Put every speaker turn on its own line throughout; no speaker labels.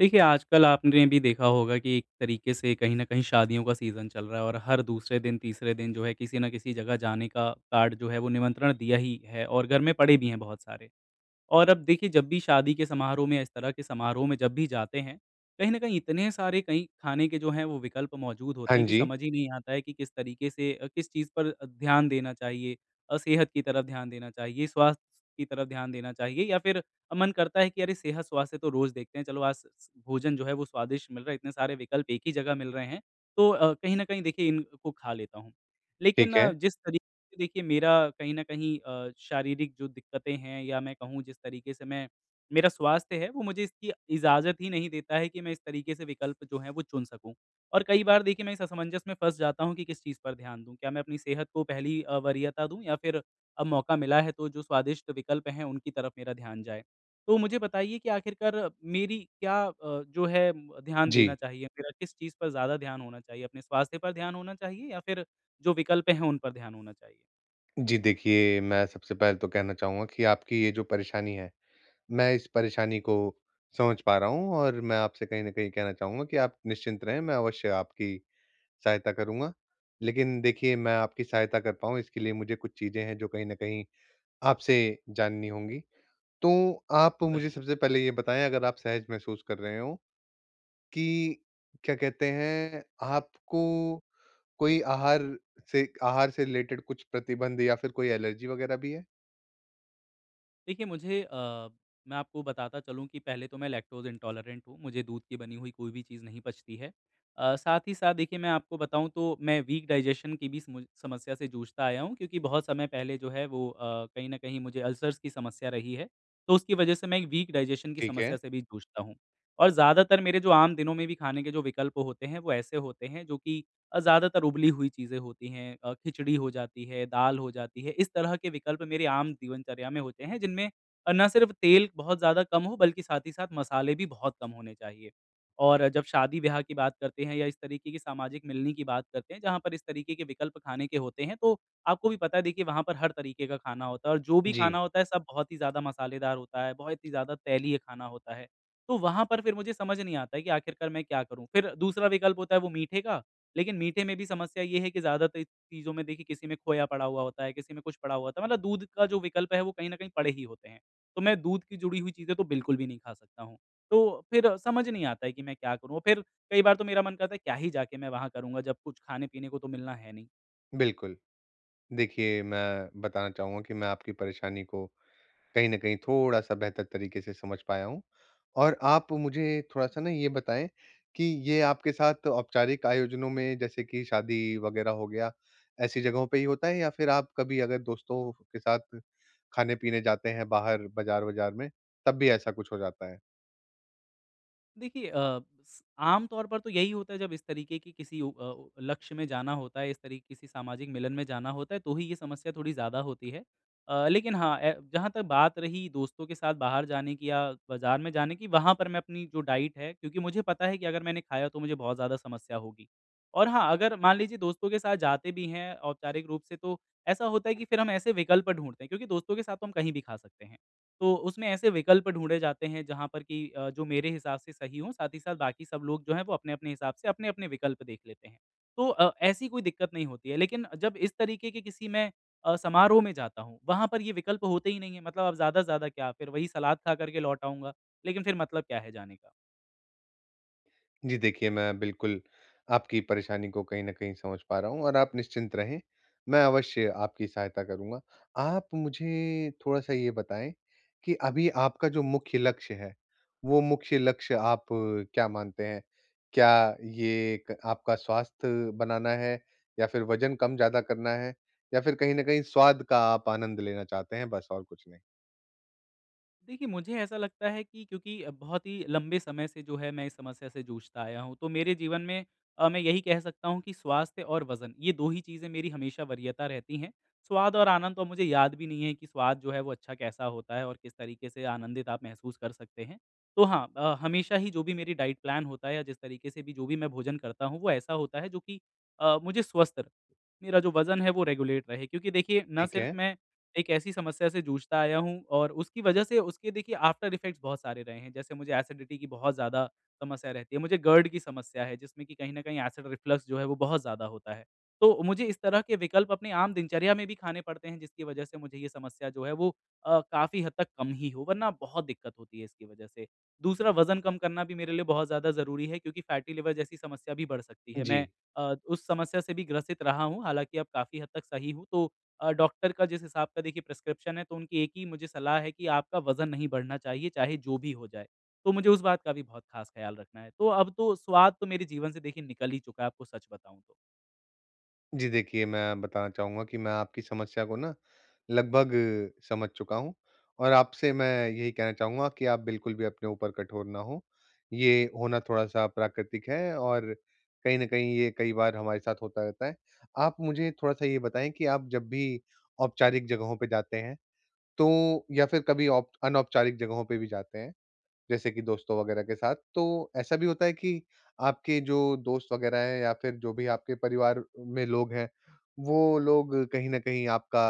देखिए, आजकल आपने भी देखा होगा कि एक तरीके से कहीं न कहीं शादियों का सीज़न चल रहा है और हर दूसरे दिन, तीसरे दिन जो है किसी न किसी जगह जाने का कार्ड जो है वो निमंत्रण दिया ही है और घर में पड़े भी हैं बहुत सारे। और अब देखिए जब भी शादी के समारोह में या इस तरह के समारोह में जब भी जाते हैं, कहीं न कहीं इतने सारे कहीं खाने के जो हैं वो विकल्प मौजूद होते
हाँ
हैं कि
जी,
समझ ही नहीं आता है कि किस तरीके से किस चीज़ पर ध्यान देना चाहिए। सेहत की तरफ ध्यान देना चाहिए, स्वास्थ्य की तरफ ध्यान देना चाहिए या फिर मन करता है कि अरे सेहत, स्वास्थ्य तो रोज़ देखते हैं, चलो आज स स भोजन जो है वो स्वादिष्ट मिल रहा है, इतने सारे विकल्प एक ही जगह मिल रहे हैं, तो कहीं न कहीं देखिए इनको खा लेता हूँ। लेकिन
ठीक है।
जिस तरीके देखिए मेरा कहीं न कहीं शारीरिक जो दिक्कतें हैं या मैं कहूँ जिस तरीके से मैं मेरा स्वास्थ्य है वो मुझे इसकी इजाज़त ही नहीं देता है कि मैं इस तरीके से विकल्प जो हैं वो चुन सकूँ। और कई बार देखिए मैं इस असमंजस में फँस जाता हूँ कि किस चीज़ पर ध्यान दूँ। क्या मैं अपनी सेहत को पहली वरीयता दूँ या फिर अब मौका मिला है तो जो स्वादिष्ट विकल्प हैं उनकी तरफ मेरा ध्यान जाए। तो मुझे बताइए कि आखिरकार मेरी क्या जो है ध्यान देना
जी।
चाहिए? मेरा किस चीज़ पर ज़्यादा ध्यान होना चाहिए? अपने स्वास्थ्य पर ध्यान होना चाहिए या फिर जो विकल्प हैं उन पर ध्यान होना चाहिए?
जी, देखिए मैं सबसे पहले तो कहना चाहूँगा कि आपकी ये जो परेशानी है, मैं इस परेशानी को समझ पा रहा हूँ और मैं आपसे कहीं न कहीं कहना चाहूँगा कि आप निश्चिंत रहें, मैं अवश्य आपकी सहायता करूँगा। लेकिन देखिए, मैं आपकी सहायता कर पाऊँ इसके लिए मुझे कुछ चीज़ें हैं जो कहीं न कहीं आपसे जाननी होंगी। तो आप मुझे
ज़रूर।
सबसे पहले ये बताएँ, अगर आप सहज महसूस कर रहे हों कि क्या कहते हैं, आपको कोई आहार से रिलेटेड कुछ प्रतिबंध या फिर कोई एलर्जी वगैरह भी है?
देखिए मुझे मैं आपको बताता चलूँ कि पहले तो मैं लैक्टोज़ इंटॉलरेंट हूँ, मुझे दूध की बनी हुई कोई भी चीज़ नहीं पचती है। साथ ही साथ देखिए मैं आपको बताऊँ तो मैं वीक डाइजेशन की भी समु समस्या से जूझता आया हूँ क्योंकि बहुत समय पहले जो है वो कहीं न कहीं मुझे अल्सर्स की समस्या रही है, तो उसकी वजह से मैं एक वीक डाइजेशन की
ठीक है।
समस्या से भी जूझता हूँ। और ज़्यादातर मेरे जो आम दिनों में भी खाने के जो विकल्प होते हैं, वो ऐसे होते हैं जो कि ज़्यादातर उबली हुई चीज़ें होती हैं, खिचड़ी हो जाती है, दाल हो जाती है, इस तरह के विकल्प मेरे आम जीवनचर्या में होते हैं जिनमें ना सिर्फ तेल बहुत ज़्यादा कम हो बल्कि साथ ही साथ मसाले भी बहुत कम होने चाहिए। और जब शादी-ब्याह की बात करते हैं या इस तरीके की सामाजिक मिलनी की बात करते हैं जहाँ पर इस तरीके के विकल्प खाने के होते हैं तो आपको भी पता है देखिए वहाँ पर हर तरीके का खाना होता है और जो भी
जी।
खाना होता है सब बहुत ही ज़्यादा मसालेदार होता है, बहुत ही ज़्यादा तैलीय खाना होता है। तो वहाँ पर फिर मुझे समझ नहीं आता है कि आखिरकार मैं क्या करूँ? फिर दूसरा विकल्प होता है वो मीठे का, लेकिन मीठे में भी समस्या ये है कि ज़्यादातर चीज़ों में देखिए किसी में खोया पड़ा हुआ होता है, किसी में कुछ पड़ा हुआ होता है, मतलब दूध का जो विकल्प है वो कहीं न कहीं पड़े ही होते हैं। तो मैं दूध की जुड़ी हुई चीज़ें तो बिल्कुल भी नहीं खा सकता हूँ। तो फिर समझ नहीं आता है कि मैं क्या करूँ? फिर कई बार तो मेरा मन करता है क्या ही जाके मैं वहाँ करूँगा जब कुछ खाने-पीने को तो मिलना है नहीं।
बिल्कुल। देखिए, मैं बताना चाहूँगा कि मैं आपकी परेशानी को कहीं न कहीं थोड़ा-सा बेहतर तरीके से समझ पाया हूँ, और आप मुझे थोड़ा-सा ना ये बताएँ कि ये आपके साथ औपचारिक आयोजनों में, जैसे कि शादी वगैरह हो गया, ऐसी जगहों पे ही होता है, या फिर आप कभी अगर दोस्तों के साथ खाने-पीने जाते हैं बाहर बाज़ार-वाजार में, तब भी ऐसा कुछ हो जाता है?
देखिए अ, स आम तौर पर तो यही होता है जब इस तरीके की किसी लक्ष्य में जाना होता है, इस तरीके किसी सामाजिक मिलन में जाना होता है, तो ही ये समस्या थोड़ी ज़्यादा होती है। लेकिन हाँ, ए जहाँ तक बात रही दोस्तों के साथ बाहर जाने की या बाज़ार में जाने की, वहाँ पर मैं अपनी जो डाइट है क्योंकि मुझे पता है कि अगर मैंने खाया तो मुझे बहुत ज़्यादा समस्या होगी। और हाँ, अगर मान लीजिए दोस्तों के साथ जाते भी हैं औपचारिक रूप से तो ऐसा होता है कि फिर हम ऐसे विकल्प ढूँढते हैं क्योंकि दोस्तों के साथ तो हम कहीं भी खा सकते हैं। तो उसमें ऐसे विकल्प ढूँढे जाते हैं जहाँ पर कि जो मेरे हिसाब से सही हों, साथ ही साथ बाकी सब लोग जो हैं वो अपने-अपने हिसाब से अपने-अपने विकल्प देख लेते हैं। तो ऐसी कोई दिक्कत नहीं होती है। लेकिन जब इस तरीके के किसी मैं समारोह में जाता हूँ, वहाँ पर ये विकल्प होते ही नहीं हैं। मतलब अब ज़्यादा से ज़्यादा क्या, फिर वही सलाद खा कर के लौट आऊँगा, लेकिन फिर मतलब क्या है जाने का।
जी देखिए, मैं बिल्कुल आपकी परेशानी को कहीं न कहीं समझ पा रहा हूँ, और आप निश्चिंत रहें, मैं अवश्य आपकी सहायता करूँगा। आप मुझे थोड़ा-सा ये बताएँ कि अभी आपका जो मुख्य लक्ष्य है, वो मुख्य लक्ष्य आप क्या मानते हैं? क्या ये क आपका स्वास्थ्य बनाना है, या फिर वज़न कम-ज़्यादा करना है, या फिर कहीं न कहीं स्वाद का आप आनंद लेना चाहते हैं, बस और कुछ नहीं?
देखिए, मुझे ऐसा लगता है कि क्योंकि बहुत ही लंबे समय से जो है मैं इस समस्या से जूझता आया हूँ, तो मेरे जीवन में मैं यही कह सकता हूँ कि स्वास्थ्य और वज़न ये 2 ही चीज़ें मेरी हमेशा वरीयता रहती हैं। स्वाद और आनंद तो मुझे याद भी नहीं है कि स्वाद जो है वो अच्छा कैसा होता है और किस तरीके से आनंदित आप महसूस कर सकते हैं। तो हाँ, हमेशा ही जो भी मेरी डाइट प्लान होता है या जिस तरीके से भी जो भी मैं भोजन करता हूँ, वो ऐसा होता है जो कि मुझे स्वस्थ रखे। मेरा जो वज़न है वो रेगुलेट रहे क्योंकि देखिए ना
ठीक
सिर्फ़
है।
मैं एक ऐसी समस्या से जूझता आया हूँ और उसकी वजह से उसके देखिए आफ्टर इफ़ेक्ट्स बहुत सारे रहे हैं। जैसे मुझे एसिडिटी की बहुत ज़्यादा समस्या रहती है, मुझे गर्ड की समस्या है जिसमें कि कहीं न कहीं एसिड रिफ्लक्स जो है वो बहुत ज़्यादा होता है। तो मुझे इस तरह के विकल्प अपने आम दिनचर्या में भी खाने पड़ते हैं जिसकी वजह से मुझे ये समस्या जो है वो काफ़ी हद तक कम ही हो वरना बहुत दिक्कत होती है इसकी वजह से। दूसरा वज़न कम करना भी मेरे लिए बहुत ज़्यादा ज़रूरी है क्योंकि फैटी लिवर जैसी समस्या भी बढ़ सकती है। मैं
जी।
उस समस्या से भी ग्रसित रहा हूँ, हालाँकि अब काफ़ी हद तक सही हूँ, तो डॉक्टर का जिस हिसाब का देखिए प्रिस्क्रिप्शन है, तो उनकी एक ही मुझे सलाह है कि आपका वज़न नहीं बढ़ना चाहिए, चाहे जो भी हो जाए। तो मुझे उस बात का भी बहुत ख़ास ख़्याल रखना है। तो अब तो स्वाद तो मेरे जीवन से देखिए निकल ही चुका है, आपको सच बताऊँ तो।
जी देखिए, मैं बताना चाहूँगा कि मैं आपकी समस्या को ना लगभग समझ चुका हूँ, और आपसे मैं यही कहना चाहूँगा कि आप बिल्कुल भी अपने ऊपर कठोर ना हों। ये होना थोड़ा-सा प्राकृतिक है, और कहीं न कहीं ये कई बार हमारे साथ होता रहता है। आप मुझे थोड़ा-सा ये बताएँ कि आप जब भी औपचारिक जगहों पे जाते हैं, तो या फिर कभी औप अनौपचारिक जगहों पे भी जाते हैं? जैसे कि दोस्तों वगैरह के साथ, तो ऐसा भी होता है कि आपके जो दोस्त वगैरह हैं, या फिर जो भी आपके परिवार में लोग हैं, वो लोग कहीं न कहीं आपका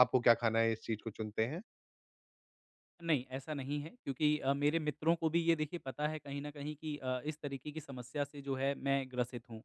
आपको क्या खाना है, इस चीज़ को चुनते हैं?
नहीं, ऐसा नहीं है क्योंकि मेरे मित्रों को भी ये देखिए पता है कहीं न कहीं कि इस तरीके की समस्या से जो है मैं ग्रसित हूँ।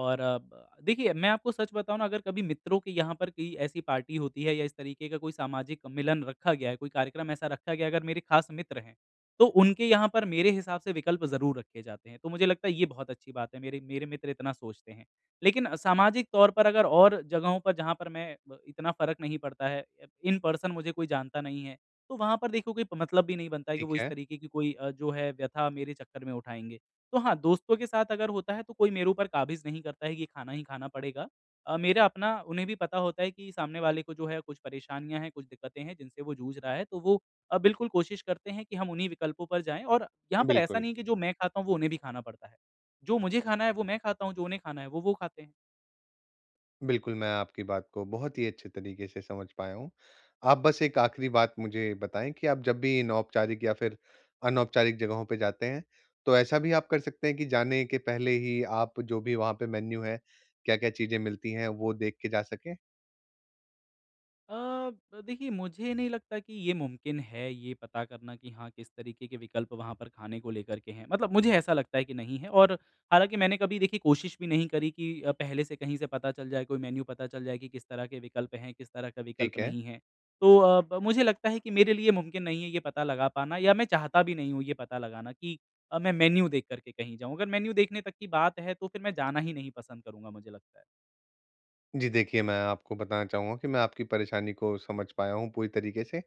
और अ, ब देखिए मैं आपको सच बताऊँ ना अगर कभी मित्रों के यहाँ पर कोई ऐसी पार्टी होती है या इस तरीके का कोई सामाजिक मिलन रखा गया है, कोई कार्यक्रम ऐसा रखा गया है अगर मेरे खास मित्र हैं, तो उनके यहाँ पर मेरे हिसाब से विकल्प ज़रूर रखे जाते हैं। तो मुझे लगता है ये बहुत अच्छी बात है, मेरे मेरे मित्र इतना सोचते हैं। लेकिन सामाजिक तौर पर अगर और जगहों पर जहाँ पर मैं ब इतना फ़र्क नहीं पड़ता है, इन पर्सन मुझे कोई जानता नहीं है, तो वहाँ पर देखो कोई मतलब भी नहीं बनता है कि
ठीक
वो इस
है।
तरीके की कोई जो है व्यथा मेरे चक्कर में उठाएँगे। तो हाँ, दोस्तों के साथ अगर होता है तो कोई मेरे ऊपर काबिज़ नहीं करता है कि खाना ही खाना पड़ेगा। मेरा अपना उन्हें भी पता होता है कि सामने वाले को जो है कुछ परेशानियाँ हैं, कुछ दिक्कतें हैं जिनसे वो जूझ रहा है, तो वो बिल्कुल कोशिश करते हैं कि हम उन्हीं विकल्पों पर जाएँ और यहाँ पर ऐसा
बिल्कुल,
नहीं है कि जो मैं खाता हूँ वो उन्हें भी खाना पड़ता है। जो मुझे खाना है वो मैं खाता हूँ, जो उन्हें खाना है वो खाते हैं।
बिल्कुल मैं आपकी बात को बहुत ही अच्छे तरीके से समझ पाया हूँ। आप बस एक आखिरी बात मुझे बताएँ कि आप जब भी इन औपचारिक या फिर अनौपचारिक जगहों पे जाते हैं, तो ऐसा भी आप कर सकते हैं कि जाने के पहले ही आप जो भी वहाँ पे मेन्यू है, क्या-क्या चीज़ें मिलती हैं, वो देख के जा सकें?
अ, ब देखिए मुझे नहीं लगता कि ये मुमकिन है, ये पता करना कि हाँ, किस तरीके के विकल्प वहाँ पर खाने को लेकर के हैं। मतलब मुझे ऐसा लगता है कि नहीं है और हालाँकि मैंने कभी देखिए कोशिश भी नहीं करी कि पहले से कहीं से पता चल जाए, कोई मेन्यू पता चल जाए कि किस तरह के विकल्प हैं, किस तरह का विकल्प
ठीक है।
नहीं है। तो अ, ब मुझे लगता है कि मेरे लिए मुमकिन नहीं है ये पता लगा पाना या मैं चाहता भी नहीं हूँ ये पता लगाना कि मैं मेन्यू देख कर के कहीं जाऊँ। अगर मेन्यू देखने तक की बात है, तो फिर मैं जाना ही नहीं पसंद करूँगा मुझे लगता है।
जी देखिए, मैं आपको बताना चाहूँगा कि मैं आपकी परेशानी को समझ पाया हूँ पूरी तरीके से।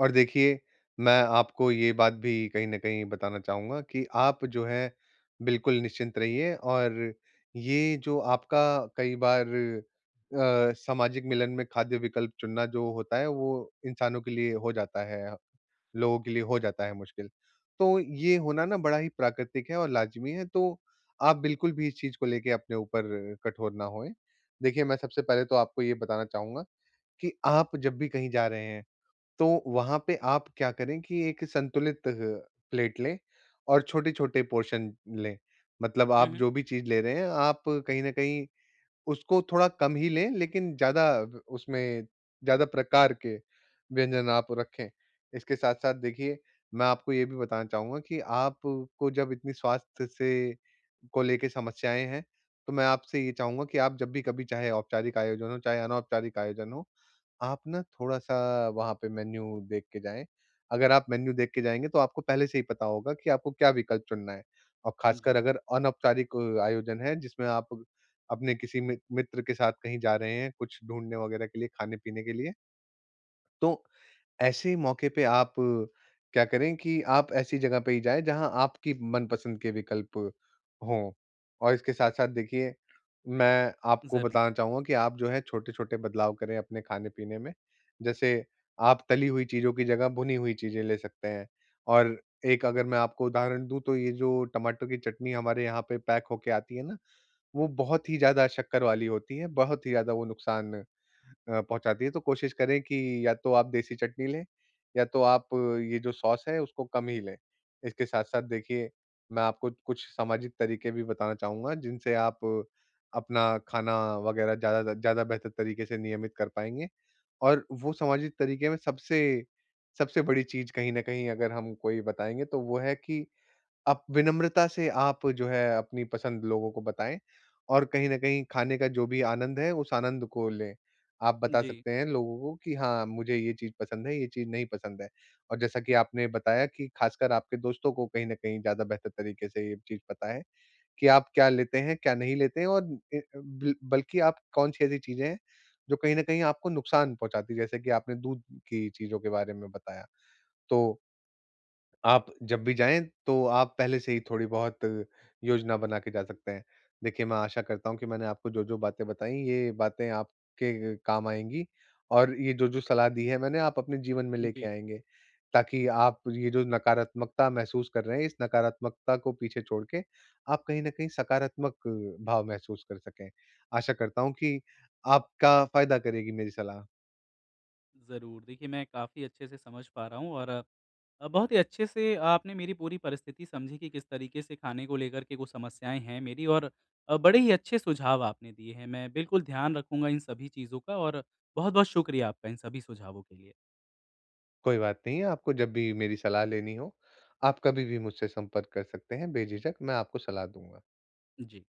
और देखिए, मैं आपको ये बात भी कहीं न कहीं बताना चाहूँगा कि आप जो है, बिल्कुल निश्चिंत रहिए। और ये जो आपका कई बार सामाजिक मिलन में खाद्य विकल्प चुनना जो होता है, वो इंसानों के लिए हो जाता है, लोगों के लिए हो जाता है मुश्किल। तो ये होना ना बड़ा ही प्राकृतिक है, और लाज़मी है। तो आप बिल्कुल भी इस चीज़ को लेके अपने ऊपर कठोर ना होएँ। देखिए, मैं सबसे पहले तो आपको ये बताना चाहूँगा कि आप जब भी कहीं जा रहे हैं, तो वहाँ पे आप क्या करें कि एक संतुलित प्लेट लें, और छोटे-छोटे पोर्शन लें। मतलब,
हुँ,
आप
हुँ।
जो भी चीज़ ले रहे हैं, आप कहीं न कहीं उसको थोड़ा कम ही लें, लेकिन ज़्यादा व उसमें ज़्यादा प्रकार के व्यंजन आप रखें। इसके साथ-साथ देखिए, मैं आपको ये भी बताना चाहूँगा कि आपको जब इतनी स्वास्थ्य से को लेके समस्याएँ हैं, तो मैं आपसे ये चाहूँगा कि आप जब भी कभी, चाहे औपचारिक आयोजन हो, चाहे अनौपचारिक आयोजन हो, आप ना थोड़ा-सा वहाँ पे मेन्यू देख के जाएँ। अगर आप मेन्यू देख के जाएँगे, तो आपको पहले से ही पता होगा कि आपको क्या विकल्प चुनना है। और
जी,
ख़ासकर अगर अनौपचारिक आयोजन है जिसमें आप अपने किसी मि मित्र के साथ कहीं जा रहे हैं, कुछ ढूँढने वग़ैरह के लिए, खाने-पीने के लिए, तो ऐसे मौके पे आप क्या करें कि आप ऐसी जगह पे ही जाएँ, जहाँ आपकी मनपसंद के विकल्प हों। और इसके साथ-साथ देखिए, मैं आपको
ज़रूर।
बताना चाहूँगा कि आप जो है, छोटे-छोटे बदलाव करें अपने खाने-पीने में। जैसे, आप तली हुई चीज़ों की जगह भुनी हुई चीज़ें ले सकते हैं। और एक अगर मैं आपको उदाहरण दूँ, तो ये जो टमाटर की चटनी हमारे यहाँ पे पैक होके आती है ना, वो बहुत ही ज़्यादा शक्कर वाली होती हैं, बहुत ही ज़्यादा वो नुकसान पहुँचाती है। तो कोशिश करें कि या तो आप देसी चटनी लें, या तो आप ये जो सॉस है उसको कम ही लें। इसके साथ-साथ देखिए, मैं आपको कुछ सामाजिक तरीके भी बताना चाहूँगा, जिनसे आप अपना खाना वग़ैरह ज़्यादा ज़्यादा बेहतर तरीके से नियमित कर पाएँगे। और वो सामाजिक तरीके में सबसे सबसे बड़ी चीज़, कहीं न कहीं अगर हम कोई बताएँगे, तो वो है कि आप विनम्रता से, आप जो है, अपनी पसंद लोगों को बताएँ, और कहीं न कहीं खाने का जो भी आनंद है, उस आनंद को लें। आप बता
जी,
सकते हैं लोगों को कि हाँ, मुझे ये चीज़ पसंद है, ये चीज़ नहीं पसंद है। और जैसा कि आपने बताया कि खासकर आपके दोस्तों को कहीं न कहीं ज़्यादा बेहतर तरीके से ये चीज़ पता है कि आप क्या लेते हैं, क्या नहीं लेते हैं, और बिल बल्कि आप कौन-सी ऐसी चीज़ें हैं, जो कहीं न कहीं आपको नुकसान पहुँचाती है, जैसे कि आपने दूध की चीज़ों के बारे में बताया। तो आप जब भी जाएँ, तो आप पहले से ही थोड़ी-बहुत योजना बना के जा सकते हैं। देखिए, मैं आशा करता हूँ कि मैंने आपको जो-जो बातें बताई, ये बातें आपके काम आएँगी, और ये जो-जो सलाह दी है मैंने, आप अपने जीवन में
जी।
लेके आएँगे, ताकि आप ये जो नकारात्मकता महसूस कर रहे हैं, इस नकारात्मकता को पीछे छोड़ के आप कहीं न कहीं सकारात्मक भाव महसूस कर सकें। आशा करता हूँ कि आपका फ़ायदा करेगी मेरी सलाह।
ज़रूर। देखिए, मैं काफ़ी अच्छे से समझ पा रहा हूँ और बहुत ही अच्छे से आपने मेरी पूरी परिस्थिति समझी कि किस तरीके से खाने को लेकर के कुछ समस्याएँ हैं मेरी और बड़े ही अच्छे सुझाव आपने दिए हैं। मैं बिल्कुल ध्यान रखूँगा इन सभी चीज़ों का और बहुत-बहुत शुक्रिया आपका इन सभी सुझावों के लिए।
कोई बात नहीं। है, आपको जब भी मेरी सलाह लेनी हो, आप कभी भी मुझसे संपर्क कर सकते हैं बेझिझक, मैं आपको सलाह दूँगा।
जी।